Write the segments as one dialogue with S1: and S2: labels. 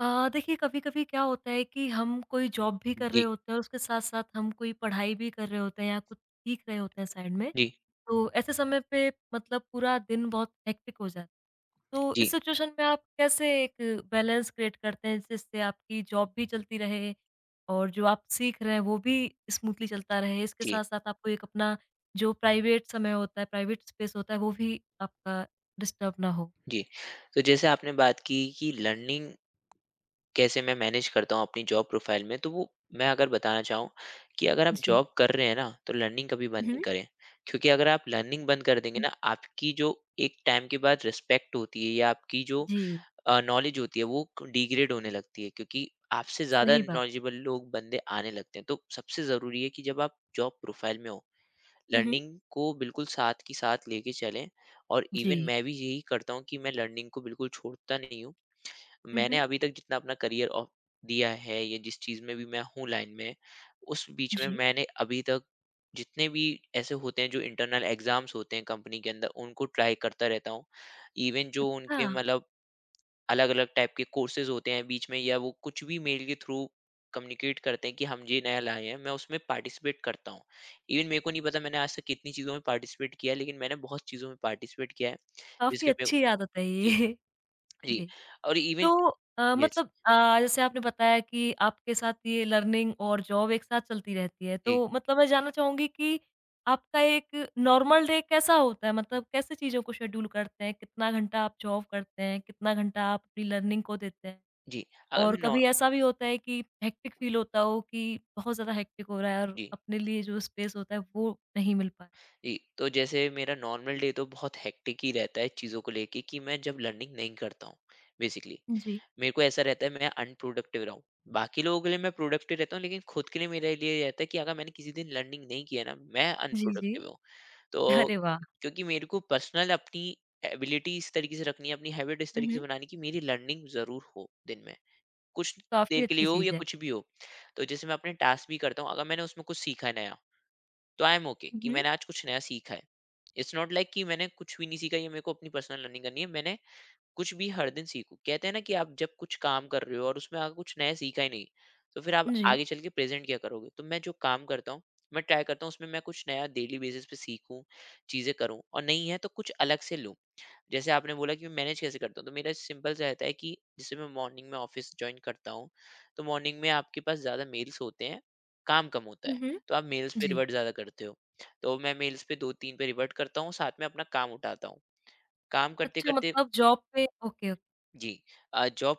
S1: देखिए कभी-कभी क्या होता है कि हम कोई जॉब भी कर रहे
S2: जी,
S1: होते हैं, उसके साथ-साथ हम कोई पढ़ाई भी कर रहे होते हैं या कुछ सीख रहे होते हैं साइड में।
S2: जी,
S1: तो ऐसे समय पे मतलब पूरा दिन बहुत हेक्टिक हो जाता है। तो इस
S2: जी,
S1: सिचुएशन में आप कैसे एक बैलेंस क्रिएट करते हैं जिससे आपकी जॉब भी चलती रहे और जो आप सीख रहे हैं वो भी स्मूथली चलता रहे? इसके
S2: जी,
S1: साथ-साथ आपको एक अपना जो प्राइवेट समय होता है, प्राइवेट स्पेस होता है वो भी आपका डिस्टर्ब ना हो?
S2: जी। तो जैसे आपने बात की कि लर्निंग कैसे मैं मैनेज करता हूँ अपनी जॉब प्रोफाइल में, तो वो मैं अगर बताना चाहूँ कि अगर आप
S1: जी।
S2: जॉब कर रहे हैं ना, तो लर्निंग कभी बंद
S1: हुँ,
S2: नहीं
S1: हुँ।
S2: करें। क्योंकि अगर आप लर्निंग बंद कर देंगे ना, आपकी जो एक टाइम के बाद रिस्पेक्ट होती है या आपकी जो
S1: जी,
S2: नॉलेज होती है, वो डिग्रेड होने लगती है क्योंकि आपसे ज़्यादा
S1: सही बात।
S2: नॉलेजेबल लोग, बंदे आने लगते हैं। तो सबसे ज़रूरी है कि जब आप जॉब प्रोफाइल में हो,
S1: हुँ, हुँ।
S2: लर्निंग को बिल्कुल साथ की साथ लेके चलें। और
S1: जी।
S2: इवन मैं भी यही करता हूँ कि मैं लर्निंग को बिल्कुल छोड़ता नहीं हूँ।
S1: हुँ,
S2: मैंने
S1: हुँ।
S2: अभी तक जितना अपना करियर ऑ दिया है या जिस चीज़ में भी मैं हूँ लाइन में, उस बीच में
S1: जी।
S2: मैंने अभी तक जितने भी ऐसे होते हैं जो इंटरनल एग्ज़ाम्स होते हैं कंपनी के अंदर, उनको ट्राई करता रहता हूँ। इवन जो उनके
S1: हाँ,
S2: मतलब अलग अलग टाइप के कोर्सेज होते हैं बीच में, या वो कुछ भी मेल के थ्रू कम्युनिकेट करते हैं कि हम ये नया लाए हैं, मैं उसमें पार्टिसिपेट करता हूँ। इवन मेरे को नहीं पता मैंने आज तक कितनी चीज़ों में पार्टिसिपेट किया है, लेकिन मैंने बहुत चीज़ों में पार्टिसिपेट किया है
S1: काफ़ी
S2: जिसके मेरे को।
S1: अच्छी आदत है
S2: जी।
S1: ये।
S2: जी।
S1: जी।
S2: और इवन
S1: तो
S2: यस।
S1: मतलब जैसे आपने बताया कि आपके साथ ये लर्निंग और जॉब एक साथ चलती रहती है,
S2: जी।
S1: तो मतलब मैं जानना चाहूँगी कि आपका एक नॉर्मल डे कैसा होता है? मतलब कैसे चीज़ों को शेड्यूल करते हैं? कितना घंटा आप जॉब करते हैं? कितना घंटा आप अपनी लर्निंग को देते हैं?
S2: जी। अगर
S1: और
S2: मैं नॉ
S1: कभी ऐसा भी होता है कि हेक्टिक फ़ील होता हो कि बहुत ज़्यादा हेक्टिक हो रहा है और
S2: जी।
S1: अपने लिए जो स्पेस होता है, वो नहीं मिल पाया?
S2: जी। तो जैसे मेरा नॉर्मल डे तो बहुत हेक्टिक ही रहता है चीज़ों को लेके कि मैं जब लर्निंग नहीं करता हूँ बेसिकली,
S1: जी।
S2: मेरे को ऐसा रहता है मैं अनप्रोडक्टिव रहा हूँ। बाकी लोगों के लिए मैं प्रोडक्टिव रहता हूँ, लेकिन खुद के लिए मेरे लिए ये रहता है कि अगर मैंने किसी दिन लर्निंग नहीं किया ना, मैं
S1: जी, जी।
S2: अनप्रोडक्टिव हूँ। तो
S1: अरे वाह!
S2: क्योंकि मेरे को पर्सनल अपनी एबिलिटी इस तरीके से रखनी है, अपनी हैबिट इस
S1: हुँ,
S2: तरीके से
S1: हुँ।
S2: बनानी कि मेरी लर्निंग जरूर हो दिन में, कुछ देर
S1: काफ़ी
S2: के लिए
S1: अच्छी
S2: हो या
S1: चीज़ है।
S2: कुछ भी हो। तो जैसे मैं अपने टास्क भी करता हूँ, अगर मैंने उसमें कुछ सीखा है नया, तो आई एम ओके
S1: हुँ,
S2: कि
S1: हुँ।
S2: मैंने आज कुछ नया सीखा है। इट्स नॉट लाइक कि मैंने कुछ भी नहीं सीखा, या मेरे को अपनी पर्सनल लर्निंग करनी है, मैंने कुछ भी हर दिन सीखो। कहते हैं ना कि आप जब कुछ काम कर रहे हो और उसमें अगर कुछ नया सीखा ही नहीं, तो फिर आप
S1: जी।
S2: आगे चल के प्रेज़ेंट क्या करोगे? तो मैं जो काम करता हूँ, मैं ट्राई करता हूँ उसमें मैं कुछ नया डेली बेसिस पे सीखूँ, चीज़ें करूँ, और नहीं है तो कुछ अलग से लूँ। जैसे आपने बोला कि मैं मैनेज कैसे करता हूँ, तो मेरा सिंपल सा रहता है कि जैसे मैं मॉर्निंग में ऑफ़िस जॉइन करता हूँ, तो मॉर्निंग में आपके पास ज़्यादा मेल्स होते हैं, काम कम होता है,
S1: हुँ, हुँ।
S2: तो आप मेल्स पे
S1: जी।
S2: रिवर्ट ज़्यादा करते हो। तो मैं मेल्स पे 2-3 पे रिवर्ट करता हूँ, साथ में अपना काम उठाता हूँ। काम अच्छा
S1: अच्छा
S2: करते-करते।
S1: मतलब जॉब पे ओके, ओके।
S2: जी। जॉब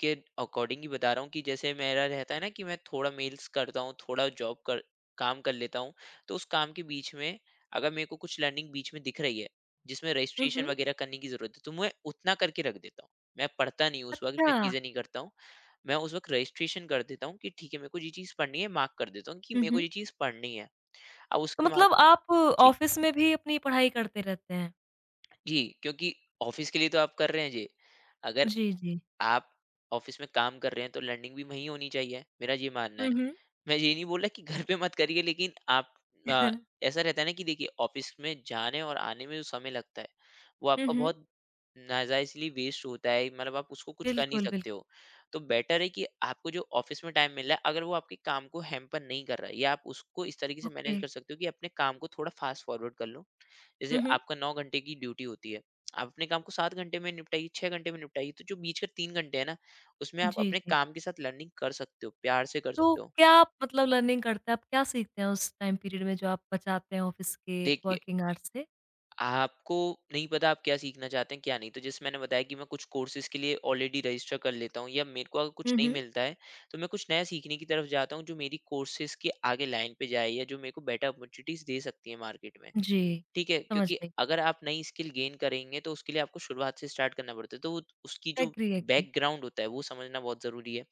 S2: के अकॉर्डिंग ही बता रहा हूँ कि जैसे मेरा रहता है ना कि मैं थोड़ा मेल्स करता हूँ, थोड़ा जॉब कर काम कर लेता हूँ, तो उस काम के बीच में अगर मेरे को कुछ लर्निंग बीच में दिख रही है, जिसमें
S1: हुँ,
S2: रजिस्ट्रेशन
S1: हुँ।
S2: वगैरह करने की ज़रूरत है, तो मैं उतना करके रख देता हूँ। मैं पढ़ता नहीं हूँ उस वक़्त, मैं
S1: अच्छा।
S2: चीज़ें नहीं करता हूँ। मैं उस वक़्त रजिस्ट्रेशन कर देता हूँ कि ठीक है, मेरे को ये चीज़ पढ़नी है, मार्क कर देता हूँ कि
S1: हुँ,
S2: मेरे को
S1: हुँ।
S2: ये चीज़ पढ़नी है। अब
S1: तो
S2: उसके बाद।
S1: मतलब आप
S2: जी।
S1: ऑफ़िस में भी अपनी पढ़ाई करते रहते हैं?
S2: जी। क्योंकि ऑफ़िस के लिए तो आप कर रहे हैं ये। अगर
S1: जी, जी।
S2: आप ऑफिस में काम कर रहे हैं, तो लर्निंग भी वहीं होनी चाहिए, मेरा ये मानना है।
S1: हुँ, हुँ।
S2: मैं ये नहीं बोल रहा कि घर पे मत करिए, लेकिन आप
S1: हुँ,
S2: अ,
S1: हुँ।
S2: ऐसा रहता है ना कि देखिए, ऑफिस में जाने और आने में जो समय लगता है, वो आपका बहुत नाजायज़ली वेस्ट होता है, मतलब आप उसको कुछ कर नहीं
S1: बिल्कुल, बिल्कुल।
S2: सकते हो। तो बेटर है कि आपको जो ऑफिस में टाइम मिल रहा है, अगर वो आपके काम को हैम्पर नहीं कर रहा है, या आप उसको इस तरीके से
S1: ओके।
S2: मैनेज कर सकते हो कि अपने काम को थोड़ा फास्ट फॉरवर्ड कर लो। जैसे
S1: हुँ, हुँ।
S2: आपका 9 घंटे की ड्यूटी होती है, आप अपने काम को 7 घंटे में निपटाइए, 6 घंटे में निपटाइए, तो जो बीच के 3 घंटे हैं ना, उसमें आप
S1: जी,
S2: अपने
S1: जी।
S2: काम के साथ लर्निंग कर सकते हो, प्यार से कर
S1: तो
S2: सकते हो।
S1: क्या आप मतलब लर्निंग करते हैं? आप क्या सीखते हैं उस टाइम पीरियड में जो आप बचाते हैं ऑफ़िस के
S2: देखिए,
S1: वर्किंग आवर्स से?
S2: आपको नहीं पता आप क्या सीखना चाहते हैं, क्या नहीं, तो जैसे मैंने बताया कि मैं कुछ कोर्सेज़ के लिए ऑलरेडी रजिस्टर कर लेता हूँ, या मेरे को अगर कुछ
S1: हुँ,
S2: नहीं
S1: हुँ।
S2: मिलता है, तो मैं कुछ नया सीखने की तरफ जाता हूँ, जो मेरी कोर्सेज़ के आगे लाइन पे जाए या जो मेरे को बेटर अपॉर्च्युनिटीज़ दे सकती है मार्केट में।
S1: जी।
S2: ठीक है,
S1: समझ
S2: क्योंकि
S1: गई।
S2: अगर आप नई स्किल गेन करेंगे, तो उसके लिए आपको शुरुआत से स्टार्ट करना पड़ता है। तो वो उसकी जो
S1: एग्री, एग्री।
S2: बैकग्राउंड होता है, वो समझना बहुत ज़रूरी है,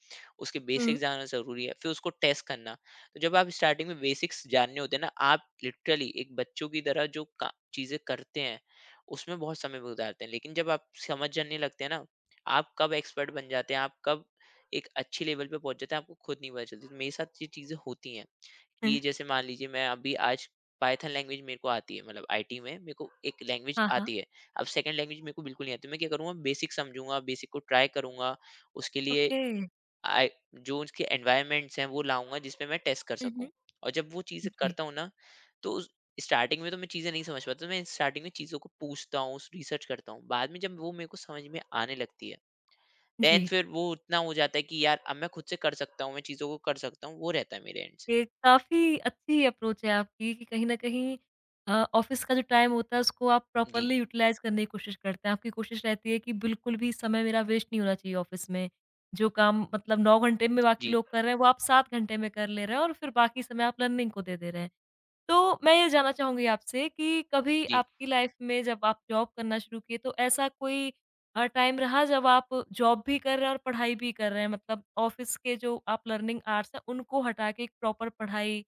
S2: उसके
S1: हुँ।
S2: बेसिक्स जानना ज़रूरी है, फिर उसको टेस्ट करना। तो जब आप स्टार्टिंग में बेसिक्स जानने होते हैं ना, आप लिटरली एक बच्चों की तरह जो का चीज़ें करते हैं, उसमें बहुत समय गुज़ारते हैं। लेकिन जब आप समझ जाने लगते हैं ना, आप कब एक्सपर्ट बन जाते हैं, आप कब एक अच्छे लेवल पे पहुँच जाते हैं, आपको खुद नहीं पता चलती। तो मेरे साथ ये चीज़ें होती हैं कि जैसे मान लीजिए मैं अभी आज पाइथन लैंग्वेज मेरे को आती है, मतलब आईटी में मेरे को एक लैंग्वेज
S1: हाँ, हाँ।
S2: आती है। अब सेकंड लैंग्वेज मेरे को बिल्कुल नहीं आती, मैं क्या करूँगा, बेसिक समझूंगा, बेसिक को ट्राई करूंगा उसके लिए।
S1: ओके।
S2: I- जो उसके एनवायरमेंट्स हैं वो लाऊंगा, जिसपे मैं टेस्ट कर
S1: हुँ,
S2: सकूँ।
S1: हुँ।
S2: और जब वो चीज़ें
S1: जी।
S2: करता हूँ ना, तो स्टार्टिंग में तो मैं चीज़ें नहीं समझ पाता, तो मैं स्टार्टिंग में चीज़ों को पूछता हूँ, रिसर्च करता हूँ, बाद में जब वो मेरे को समझ में आने लगती है,
S1: जी।
S2: देन फिर वो उतना हो जाता है कि यार अब मैं खुद से कर सकता हूँ, मैं चीज़ों को कर सकता हूँ, वो रहता है मेरे एंड से।
S1: ये काफ़ी अच्छी अप्रोच है आपकी कि कहीं न कहीं ऑफ़िस का जो टाइम होता है उसको आप
S2: जी।
S1: प्रॉपरली यूटिलाइज़ करने की कोशिश करते हैं। आपकी कोशिश रहती है कि बिल्कुल भी समय मेरा वेस्ट नहीं होना चाहिए ऑफ़िस में। जो काम मतलब 9 घंटे में बाकी
S2: जी।
S1: लोग कर रहे हैं वो आप 7 घंटे में कर ले रहे हैं और फिर बाकी समय आप लर्निंग को दे दे रहे हैं। तो मैं ये जानना चाहूँगी आपसे कि कभी
S2: जी।
S1: आपकी लाइफ में जब आप जॉब करना शुरू किए तो ऐसा कोई टाइम रहा जब आप जॉब भी कर रहे हैं और पढ़ाई भी कर रहे हैं? मतलब ऑफ़िस के जो आप लर्निंग आवर्स हैं उनको हटा के एक प्रॉपर पढ़ाई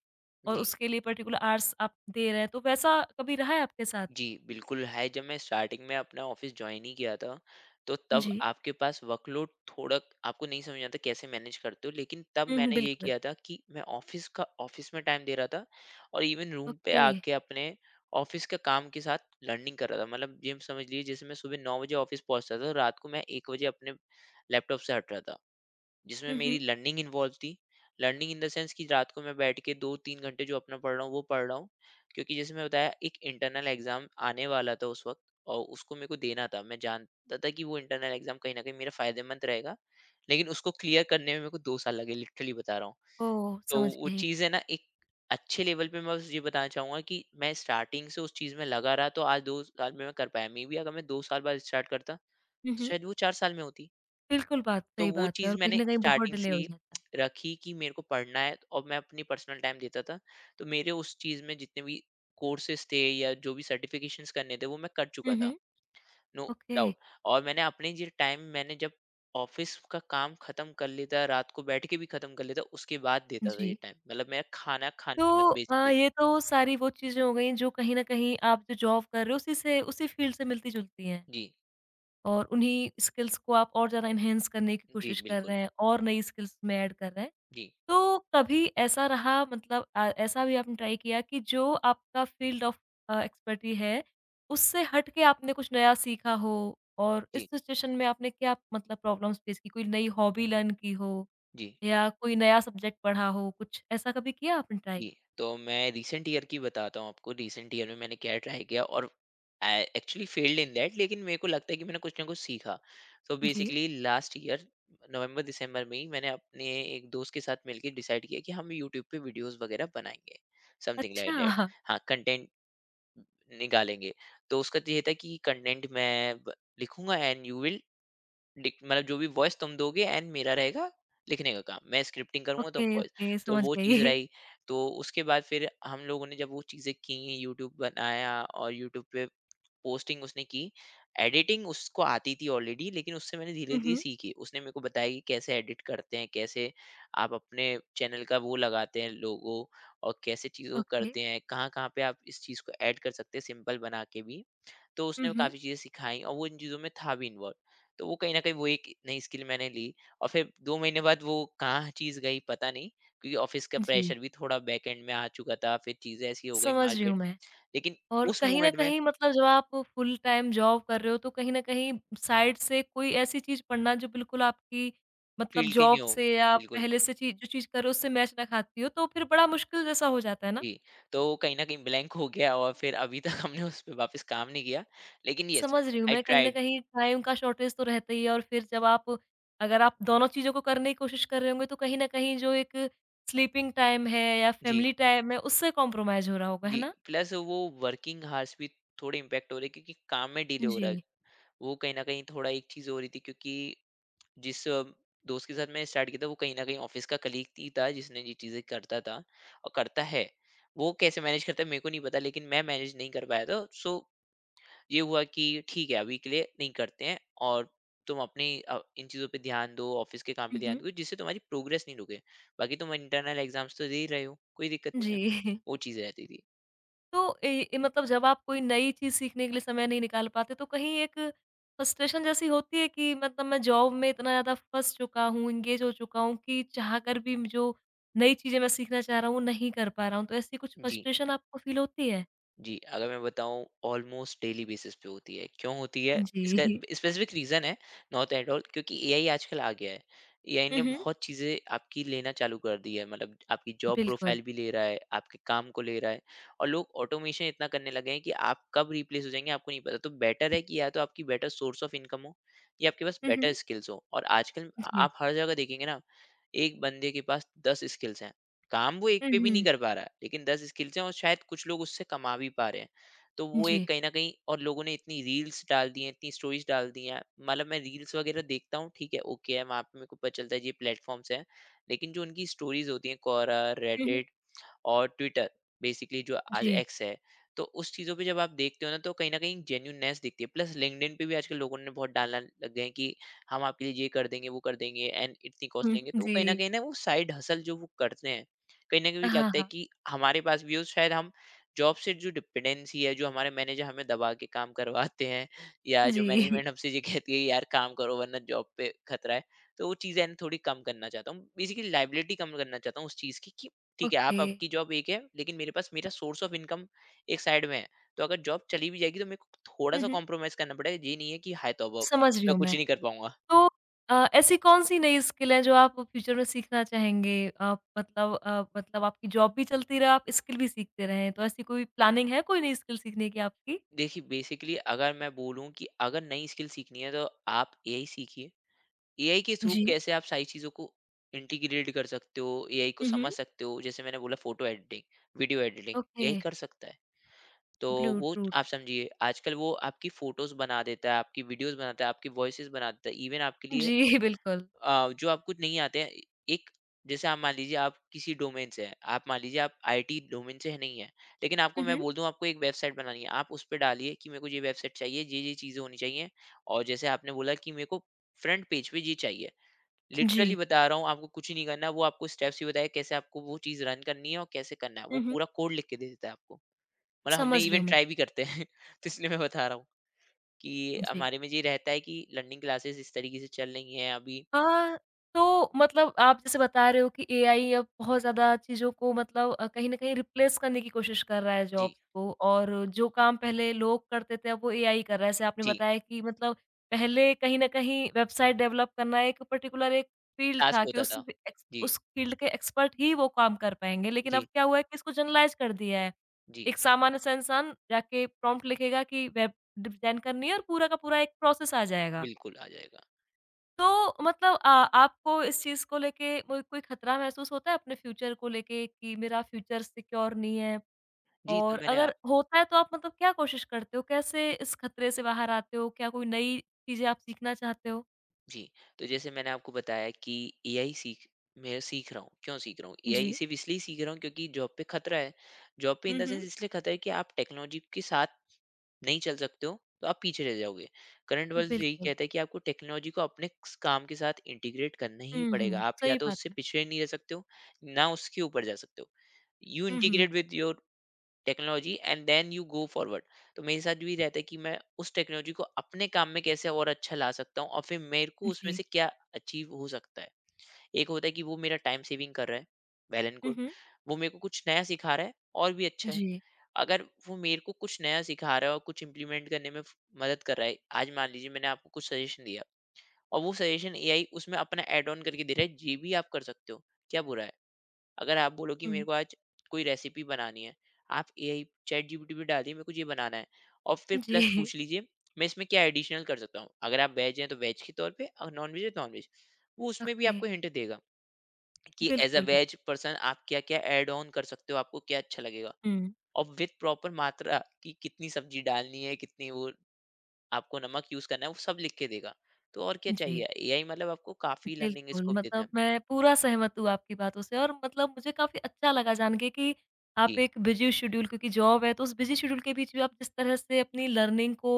S1: और
S2: जी,
S1: उसके लिए पर्टिकुलर आवर्स आप दे रहे हैं, तो वैसा कभी रहा है आपके साथ?
S2: जी, बिल्कुल है। जब मैं स्टार्टिंग में अपना ऑफ़िस जॉइन ही किया था, तो तब
S1: जी।
S2: आपके पास वर्कलोड थोड़ा, आपको नहीं समझ आता कैसे मैनेज करते हो, लेकिन तब
S1: हुँ, हुँ,
S2: मैंने ये
S1: बिल्कुल।
S2: किया था कि मैं ऑफ़िस में टाइम दे रहा था, और इवन रूम पे
S1: ओके।
S2: आके अपने ऑफ़िस के काम के साथ लर्निंग कर रहा था। मतलब ये समझ लीजिए, जैसे मैं सुबह 9 बजे ऑफ़िस पहुँचता था, रात को मैं 1 बजे अपने लैपटॉप से हट रहा था, जिसमें
S1: हुँ,
S2: मेरी
S1: हुँ।
S2: लर्निंग इन्वॉल्व थी। लर्निंग इन द सेंस कि रात को मैं बैठ के 2-3 घंटे जो अपना पढ़ रहा हूँ, वो पढ़ रहा हूँ। क्योंकि जैसे मैं बताया, एक इंटरनल एग्ज़ाम आने वाला था उस वक़्त, और उसको मेरे को देना था। मैं जानता था कि वो इंटरनल एग्ज़ाम कहीं न कहीं मेरा फ़ायदेमंद रहेगा। लेकिन उसको क्लियर करने में मेरे को 2 साल लगे, लिटरली बता रहा हूँ।
S1: ओह!
S2: तो
S1: समझ
S2: वो
S1: गई।
S2: चीज़ है ना, एक अच्छे लेवल पे मैं बस ये बताना चाहूँगा कि मैं स्टार्टिंग से उस चीज़ में लगा रहा, तो आज 2 साल में मैं कर पाया। मे बी अगर मैं 2 साल बाद स्टार्ट करता,
S1: हुँ,
S2: तो
S1: हुँ।
S2: शायद वो 4 साल में होती।
S1: बिल्कुल बात
S2: तो
S1: सही
S2: वो
S1: बात है
S2: चीज़
S1: और कहीं
S2: मैंने
S1: न कहीं बहुत
S2: स्टार्टिंग
S1: डिले
S2: से
S1: हो
S2: ही
S1: जाता है।
S2: रखी कि मेरे को पढ़ना है, और मैं अपनी पर्सनल टाइम देता था। तो मेरे उस चीज़ में जितने भी कोर्सेज़ थे या जो भी सर्टिफ़िकेशंस करने थे, वो मैं कर चुका
S1: हुँ,
S2: था,
S1: हुँ।
S2: No
S1: okay.
S2: डाउट। और मैंने अपने ये टाइम, मैंने जब ऑफ़िस का काम ख़त्म कर लेता, रात को बैठ के भी ख़त्म कर लेता, उसके बाद देता था ये
S1: जी।
S2: टाइम, मतलब मेरा खाना खाने
S1: तो
S2: के बाद बेसिकली।
S1: ये तो सारी वो चीज़ें हो गई जो कहीं न कहीं आप जो जॉब कर रहे हो उसी से उसी फ़ील्ड से मिलती-जुलती हैं
S2: जी।
S1: और उन्हीं स्किल्स को आप और ज़्यादा एनहांस करने की
S2: जी
S1: कोशिश कर
S2: बिल्कुल।
S1: रहे हैं और नई स्किल्स में ऐड कर रहे हैं।
S2: जी।
S1: तो कभी ऐसा रहा मतलब ऐसा भी आपने ट्राई किया कि जो आपका फ़ील्ड ऑफ एक्सपर्टी है, उससे हट के आपने कुछ नया सीखा हो और इस
S2: जी।
S1: सिचुएशन में आपने क्या मतलब प्रॉब्लम्स फेस की? कोई नई हॉबी लर्न की हो
S2: जी।
S1: या कोई नया सब्जेक्ट पढ़ा हो, कुछ ऐसा कभी किया आपने
S2: जी,
S1: ट्राई?
S2: तो मैं रीसेंट ईयर की बताता हूँ आपको, रीसेंट ईयर में मैंने क्या ट्राई किया, और I actually failed in that, लेकिन मेरे को लगता है कि मैंने कुछ ना कुछ सीखा। सो
S1: जी।
S2: बेसिकली लास्ट ईयर नवंबर-दिसंबर में ही मैंने अपने एक दोस्त के साथ मिलके डिसाइड किया कि हम यूट्यूब पे वीडियोज़ वगैरह बनाएँगे, समथिंग लाइक दैट।
S1: अच्छा!
S2: हाँ, कंटेंट निकालेंगे। तो उसका तो ये था कि कंटेंट मैं ब लिखूँगा, एंड यू विल डिक मतलब जो भी वॉइस तुम दोगे, एंड मेरा रहेगा लिखने का काम। मैं स्क्रिप्टिंग करूँगा, तुम
S1: ओके,
S2: वॉइस।
S1: ओके,
S2: तो
S1: समझ
S2: वो चीज़
S1: गई।
S2: रही। तो उसके बाद फिर हम लोगों ने जब वो चीज़ें की, यूट्यूब बनाया और यूट्यूब पे पोस्टिंग उसने की। एडिटिंग उसको आती थी ऑलरेडी, लेकिन उससे मैंने धीरे-धीरे
S1: उहुँ।
S2: सीखी। उसने मेरे को बताया कि कैसे एडिट करते हैं, कैसे आप अपने चैनल का वो लगाते हैं लोगो, और कैसे चीज़ों को
S1: ओके।
S2: करते हैं, कहाँ-कहाँ पे आप इस चीज़ को ऐड कर सकते हैं सिंपल बना के भी। तो उसने
S1: उहुँ।
S2: काफ़ी चीज़ें सिखाई, और वो इन चीज़ों में था भी इन्वॉल्व। तो वो कहीं न कहीं वो एक नई स्किल मैंने ली और फिर 2 महीने बाद वो कहाँ चीज़ गई पता नहीं क्योंकि ऑफ़िस का
S1: जी,
S2: प्रेशर भी थोड़ा बैक एंड में आ चुका था, फिर चीज़ें ऐसी हो गई
S1: समझ रही
S2: मार्केट।
S1: हूँ मैं।
S2: लेकिन
S1: और
S2: उस
S1: कहीं न
S2: मूवमेंट में
S1: कहीं मतलब जब आप फुल टाइम जॉब कर रहे हो तो कहीं न कहीं साइड से कोई ऐसी चीज़ पढ़ना जो बिल्कुल आपकी मतलब
S2: फील्ड के
S1: जॉब
S2: न्यू
S1: से या
S2: बिल्कुल,
S1: पहले से चीज़ जो चीज़ कर रहे हो उससे मैच ना खाती हो, तो फिर बड़ा मुश्किल जैसा हो जाता है ना?
S2: जी। तो वो कहीं न कहीं ब्लैंक हो गया और फिर अभी तक हमने उस पे वापस काम नहीं किया। लेकिन येस,
S1: समझ रही हूँ
S2: आई
S1: मैं, कहीं न
S2: ट्राइड।
S1: कहीं टाइम का शॉर्टेज तो रहता ही है और फिर जब आप अगर आप दोनों चीज़ों को करने की कोशिश कर रहे होंगे, तो कहीं न कहीं जो एक स्लीपिंग टाइम है या
S2: जी,
S1: फैमिली टाइम है, उससे कॉम्प्रोमाइज़ हो रहा होगा, है
S2: जी।
S1: ना?
S2: प्लस वो वर्किंग हार्स भी थोड़े इम्पैक्ट हो रहे हैं क्योंकि काम में डिले हो
S1: जी।
S2: रहा है। वो कहीं न कहीं थोड़ा एक चीज़ हो रही थी क्योंकि जिस दोस्त के साथ मैंने स्टार्ट किया था वो कहीं न कहीं ऑफ़िस का कलीग ही था जिसने ये चीज़ें करता था और करता है। वो कैसे मैनेज करता है मेरे को नहीं पता लेकिन मैं मैनेज नहीं कर पाया था। सो ये हुआ कि ठीक है अभी के लिए नहीं करते हैं और तुम अपनी इन चीज़ों पे ध्यान दो, ऑफ़िस के काम पे
S1: हुँ,
S2: ध्यान
S1: हुँ।
S2: दो जिससे तुम्हारी प्रोग्रेस नहीं रुके। बाकी तुम इंटरनल एग्ज़ाम्स तो दे ही रहे हो, कोई दिक्कत नहीं
S1: जी।
S2: है। वो चीज़ रहती थी।
S1: तो ए ए, मतलब जब आप कोई नई चीज़ सीखने के लिए समय नहीं निकाल पाते, तो कहीं एक फ्रस्ट्रेशन जैसी होती है कि मतलब मैं जॉब में इतना ज़्यादा फँस चुका हूँ, एंगेज हो चुका हूँ कि चाह कर भी जो नई चीज़ें मैं सीखना चाह रहा हूँ, वो नहीं कर पा रहा हूँ। तो ऐसी कुछ
S2: जी।
S1: फ्रस्ट्रेशन आपको फ़ील होती है?
S2: जी, अगर मैं बताऊँ ऑलमोस्ट डेली बेसिस पे होती है। क्यों होती है? इसका
S1: जी।
S2: स्पेसिफिक रीज़न है नॉट एट ऑल क्योंकि एआई आजकल आ गया है। एआई
S1: हुँ,
S2: ने
S1: हुँ।
S2: बहुत चीज़ें आपकी लेना चालू कर दी है। मतलब आपकी जॉब
S1: बिल्कुल।
S2: प्रोफाइल भी ले रहा है, आपके काम को ले रहा है और लोग ऑटोमेशन इतना करने लगे हैं कि आप कब रिप्लेस हो जाएँगे आपको नहीं पता। तो बेटर है कि या तो आपकी बेटर सोर्स ऑफ इनकम हो या आपके पास
S1: हुँ, हुँ।
S2: बेटर स्किल्स हो। और आजकल
S1: जी।
S2: आप हर जगह देखेंगे ना, एक बंदे के पास 10 स्किल्स हैं। काम वो एक
S1: हुँ,
S2: पे भी नहीं
S1: हुँ।
S2: कर पा रहा है लेकिन 10 स्किल्स हैं और शायद कुछ लोग उससे कमा भी पा रहे हैं। तो वो एक
S1: जी।
S2: कहीं न कहीं और लोगों ने इतनी रील्स डाल दी हैं, इतनी स्टोरीज़ डाल दी हैं। मतलब मैं रील्स वगैरह देखता हूँ, ठीक है, ओके है, वहाँ पे मेरे को पता चलता है ये प्लेटफ़ॉर्म्स हैं। लेकिन जो उनकी स्टोरीज़ होती हैं, क्वोरा,
S1: हुँ, हुँ।
S2: रेडिट और ट्विटर, बेसिकली जो आज
S1: जी।
S2: एक्स है, तो उस चीज़ों पे जब आप देखते हो ना तो कहीं न कहीं जेन्युइननेस दिखती है। प्लस लिंक्डइन पे भी आजकल लोगों ने बहुत डालना लग गए हैं कि हम आपके लिए ये कर देंगे, वो कर देंगे एंड इतनी कॉस्ट
S1: हुँ,
S2: लेंगे।
S1: हुँ।
S2: तो
S1: जी।
S2: कहीं न कहीं ना वो साइड हसल जो वो करते हैं, कहीं न कहीं
S1: हाँ,
S2: लगता है
S1: हाँ।
S2: कि हमारे पास भी हो शायद। हम जॉब से जो डिपेंडेंसी है, जो हमारे मैनेजर हमें दबा के काम करवाते हैं या जो
S1: जी।
S2: मैनेजमेंट हमसे ये कहती है यार काम करो वरना जॉब पे खतरा है। तो वो चीज़ें है ना थोड़ी कम करना चाहता हूँ। बेसिकली लायबिलिटी कम करना चाहता हूँ उस चीज़ की कि ठीक है, आप
S1: ओके।
S2: आपकी जॉब एक है, लेकिन मेरे पास मेरा सोर्स ऑफ इनकम एक साइड में है। तो अगर जॉब चली भी जाएगी तो मेरे को
S1: हुँ,
S2: थोड़ा-सा
S1: हुँ।
S2: कॉम्प्रोमाइज़ करना पड़ेगा, ये नहीं है कि हाय तौबा!
S1: समझ रही
S2: मैं
S1: हूँ
S2: कुछ ही
S1: मैं।
S2: नहीं कर पाऊँगा।
S1: तो ऐसी कौन-सी नई स्किल है जो आप फ्यूचर में सीखना चाहेंगे? मतलब मतलब आपकी जॉब भी चलती रहे, आप स्किल भी सीखते रहें। तो ऐसी कोई प्लानिंग है कोई नई स्किल सीखने की आपकी?
S2: देखिए, बेसिकली अगर मैं बोलूँ कि अगर नई स्किल सीखनी है तो आप एआई सीखिए। एआई के थ्रू
S1: जी।
S2: कैसे आप सारी चीज़ों को इंटीग्रेट कर सकते हो, एआई को
S1: हुँ, हुँ।
S2: समझ सकते हो, जैसे मैंने बोला photo editing, video editing,
S1: okay.
S2: AI कर सकता है। तो वो
S1: ब्लूटूथ।
S2: आप समझिए, आजकल वो आपकी फ़ोटोज़ बना देता है, आपकी वीडियोज़ बनाता है, आपकी वॉइसेज़ बना देता है, इवन आपके लिए
S1: जी, बिल्कुल।
S2: जो आपको नहीं आते हैं, एक जैसे आप मान लीजिए आप किसी डोमेन से हैं, आप मान लीजिए आप आईटी डोमेन से है नहीं हैं, लेकिन आपको
S1: हुँ,
S2: मैं
S1: हुँ।
S2: बोल दूँ आपको एक वेबसाइट बनानी है, आप उस पे डालिए कि मेरे को ये वेबसाइट चाहिए, ये चीज़ें होनी चाहिए और जैसे आपने बोला कि मेरे को फ्रंट पेज पे ये चाहिए।
S1: जी।
S2: लिटरली बता रहा हूँ आपको कुछ नहीं करना, वो आपको स्टेप्स ही बताएगा कैसे आपको वो चीज़ रन करनी है और कैसे करना है,
S1: हुँ,
S2: वो
S1: हुँ।
S2: पूरा कोड लिख के दे देता है आपको। मतलब हमने
S1: समझ रही
S2: इवन
S1: हूँ मैं।
S2: ट्राई भी करते हैं, तो इसलिए मैं बता रहा हूँ कि
S1: जी।
S2: हमारे में ये रहता है कि लर्निंग क्लासेस इस तरीके से चल रही हैं अभी।
S1: अ, तो मतलब आप जैसे बता रहे हो कि एआई अब बहुत ज़्यादा चीज़ों को मतलब कहीं न कहीं रिप्लेस करने की कोशिश कर रहा है
S2: जी,
S1: जॉब्स को और जो काम पहले लोग करते थे अब वो एआई कर रहा है। जैसे आपने
S2: जी।
S1: बताया कि मतलब पहले कहीं न कहीं वेबसाइट डेवलप करना एक पर्टिकुलर एक फील्ड
S2: टास्क
S1: था कि
S2: होता
S1: उस
S2: था।
S1: ब एक्स
S2: जी,
S1: उस फील्ड के एक्सपर्ट ही वो काम कर पाएँगे। लेकिन अब
S2: जी,
S1: क्या हुआ है कि इसको जनरलाइज़ कर दिया है।
S2: जी,
S1: एक सामान्य सा इंसान जाके प्रॉम्प्ट लिखेगा कि वेब डिज़ाइन करनी है और पूरा का पूरा एक प्रोसेस आ जाएगा।
S2: बिल्कुल आ जाएगा।
S1: तो मतलब आपको इस चीज़ को लेके कोई कोई खतरा महसूस होता है अपने फ्यूचर को लेके कि मेरा फ्यूचर सिक्योर नहीं है?
S2: जी, तो
S1: और
S2: मैंने आ
S1: अगर होता है तो आप मतलब क्या कोशिश करते हो? कैसे इस खतरे से बाहर आते हो? क्या कोई नई चीज़ें आप सीखना चाहते हो?
S2: जी, तो जैसे मैंने आपको बताया कि एआई सीख, मैं सीख रहा हूँ, क्यों सीख रहा हूँ? एआई
S1: जी।
S2: सिर्फ़ इसलिए सीख रहा हूँ क्योंकि जॉब पे खतरा है। जॉब पे इन
S1: हुँ,
S2: द सेंस
S1: हुँ।
S2: इसलिए खतरा है कि आप टेक्नोलॉजी के साथ नहीं चल सकते हो, तो आप पीछे रह जाओगे। करंट वर्ल्ड यही
S1: बिल्कुल।
S2: कहता है कि आपको टेक्नोलॉजी को अपने स काम के साथ इंटीग्रेट करना ही
S1: हुँ,
S2: पड़ेगा।
S1: हुँ।
S2: आप या
S1: सही
S2: तो
S1: बात
S2: उससे
S1: है।
S2: पिछड़े नहीं रह सकते हो, ना उसके ऊपर जा सकते हो। यू
S1: हुँ, हुँ।
S2: Integrate with your technology and then you go forward. तो मेरे साथ भी रहता है कि मैं उस टेक्नोलॉजी को अपने काम में कैसे और अच्छा ला सकता हूँ और फिर मेरे को उसमें
S1: जी।
S2: से क्या अचीव हो सकता है। एक होता है कि वो मेरा टाइम सेविंग कर रहा है, वेल एंड
S1: हुँ,
S2: गुड।
S1: हुँ।
S2: वो मेरे को कुछ नया सिखा रहा है, और भी अच्छा है।
S1: जी।
S2: अगर वो मेरे को कुछ नया सिखा रहा है और कुछ इम्प्लीमेंट करने में मदद कर रहा है। आज मान लीजिए मैंने आपको कुछ सजेशन दिया और वो सजेशन एआई उसमें अपना ऐड ऑन करके दे रहा है, ये भी आप कर सकते हो, क्या बुरा है? अगर आप बोलो कि मेरे
S1: हुँ।
S2: को आज कोई रेसिपी बनानी है, आप एआई चैट जीपीटी पे डालिए मेरे को ये बनाना है, और फिर प्लस
S1: जी।
S2: पूछ लीजिए मैं इसमें क्या एडिशनल कर सकता हूँ। अगर आप वेज हैं तो वेज के तौर पे और नॉन-वेज है नॉन-वेज। वो उसमें भी
S1: ओके।
S2: आपको हिंट देगा कि एज़ अ
S1: बिल्कुल, बिल्कुल।
S2: वेज पर्सन आप क्या-क्या ऐड ऑन कर सकते हो, आपको क्या अच्छा लगेगा
S1: हुँ।
S2: और विद प्रॉपर मात्रा कि कितनी सब्जी डालनी है, कितनी वो आपको नमक यूज़ करना है, वो सब लिख के देगा। तो और क्या चाहिए?
S1: जी।
S2: एआई मतलब आपको काफ़ी लर्निंग
S1: बिल्कुल,
S2: स्कोप देता है।
S1: मतलब मैं पूरा सहमत हूँ आपकी बातों से और मतलब मुझे काफ़ी अच्छा लगा जान के कि आप
S2: जी,
S1: एक बिज़ी शेड्यूल क्योंकि जॉब है, तो उस बिज़ी शेड्यूल के बीच भी आप जिस तरह से अपनी लर्निंग को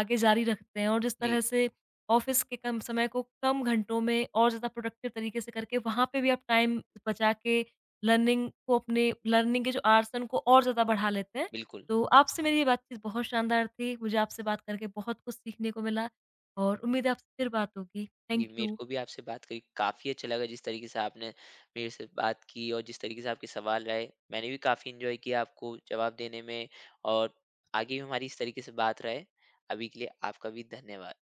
S1: आगे जारी रखते हैं और जिस
S2: जी,
S1: तरह से ऑफ़िस के कम समय को कम घंटों में और ज़्यादा प्रोडक्टिव तरीके से करके वहाँ पे भी आप टाइम बचा के लर्निंग को अपने लर्निंग के जो आवर्स हैं, उनको और ज़्यादा बढ़ा लेते हैं।
S2: बिल्कुल।
S1: तो आपसे मेरी ये बातचीत बहुत शानदार थी। मुझे आपसे बात करके बहुत कुछ सीखने को मिला और उम्मीद है आपसे फिर बात होगी।
S2: जी,
S1: थैंक
S2: मेरे
S1: यू।
S2: को भी आपसे बात करके काफ़ी अच्छा लगा जिस तरीके से आपने मेरे से बात की और जिस तरीके से आपके सवाल रहे, मैंने भी काफ़ी एन्जॉय किया आपको जवाब देने में और आगे भी हमारी इस तरीके से बात रहे। अभी के लिए आपका भी धन्यवाद।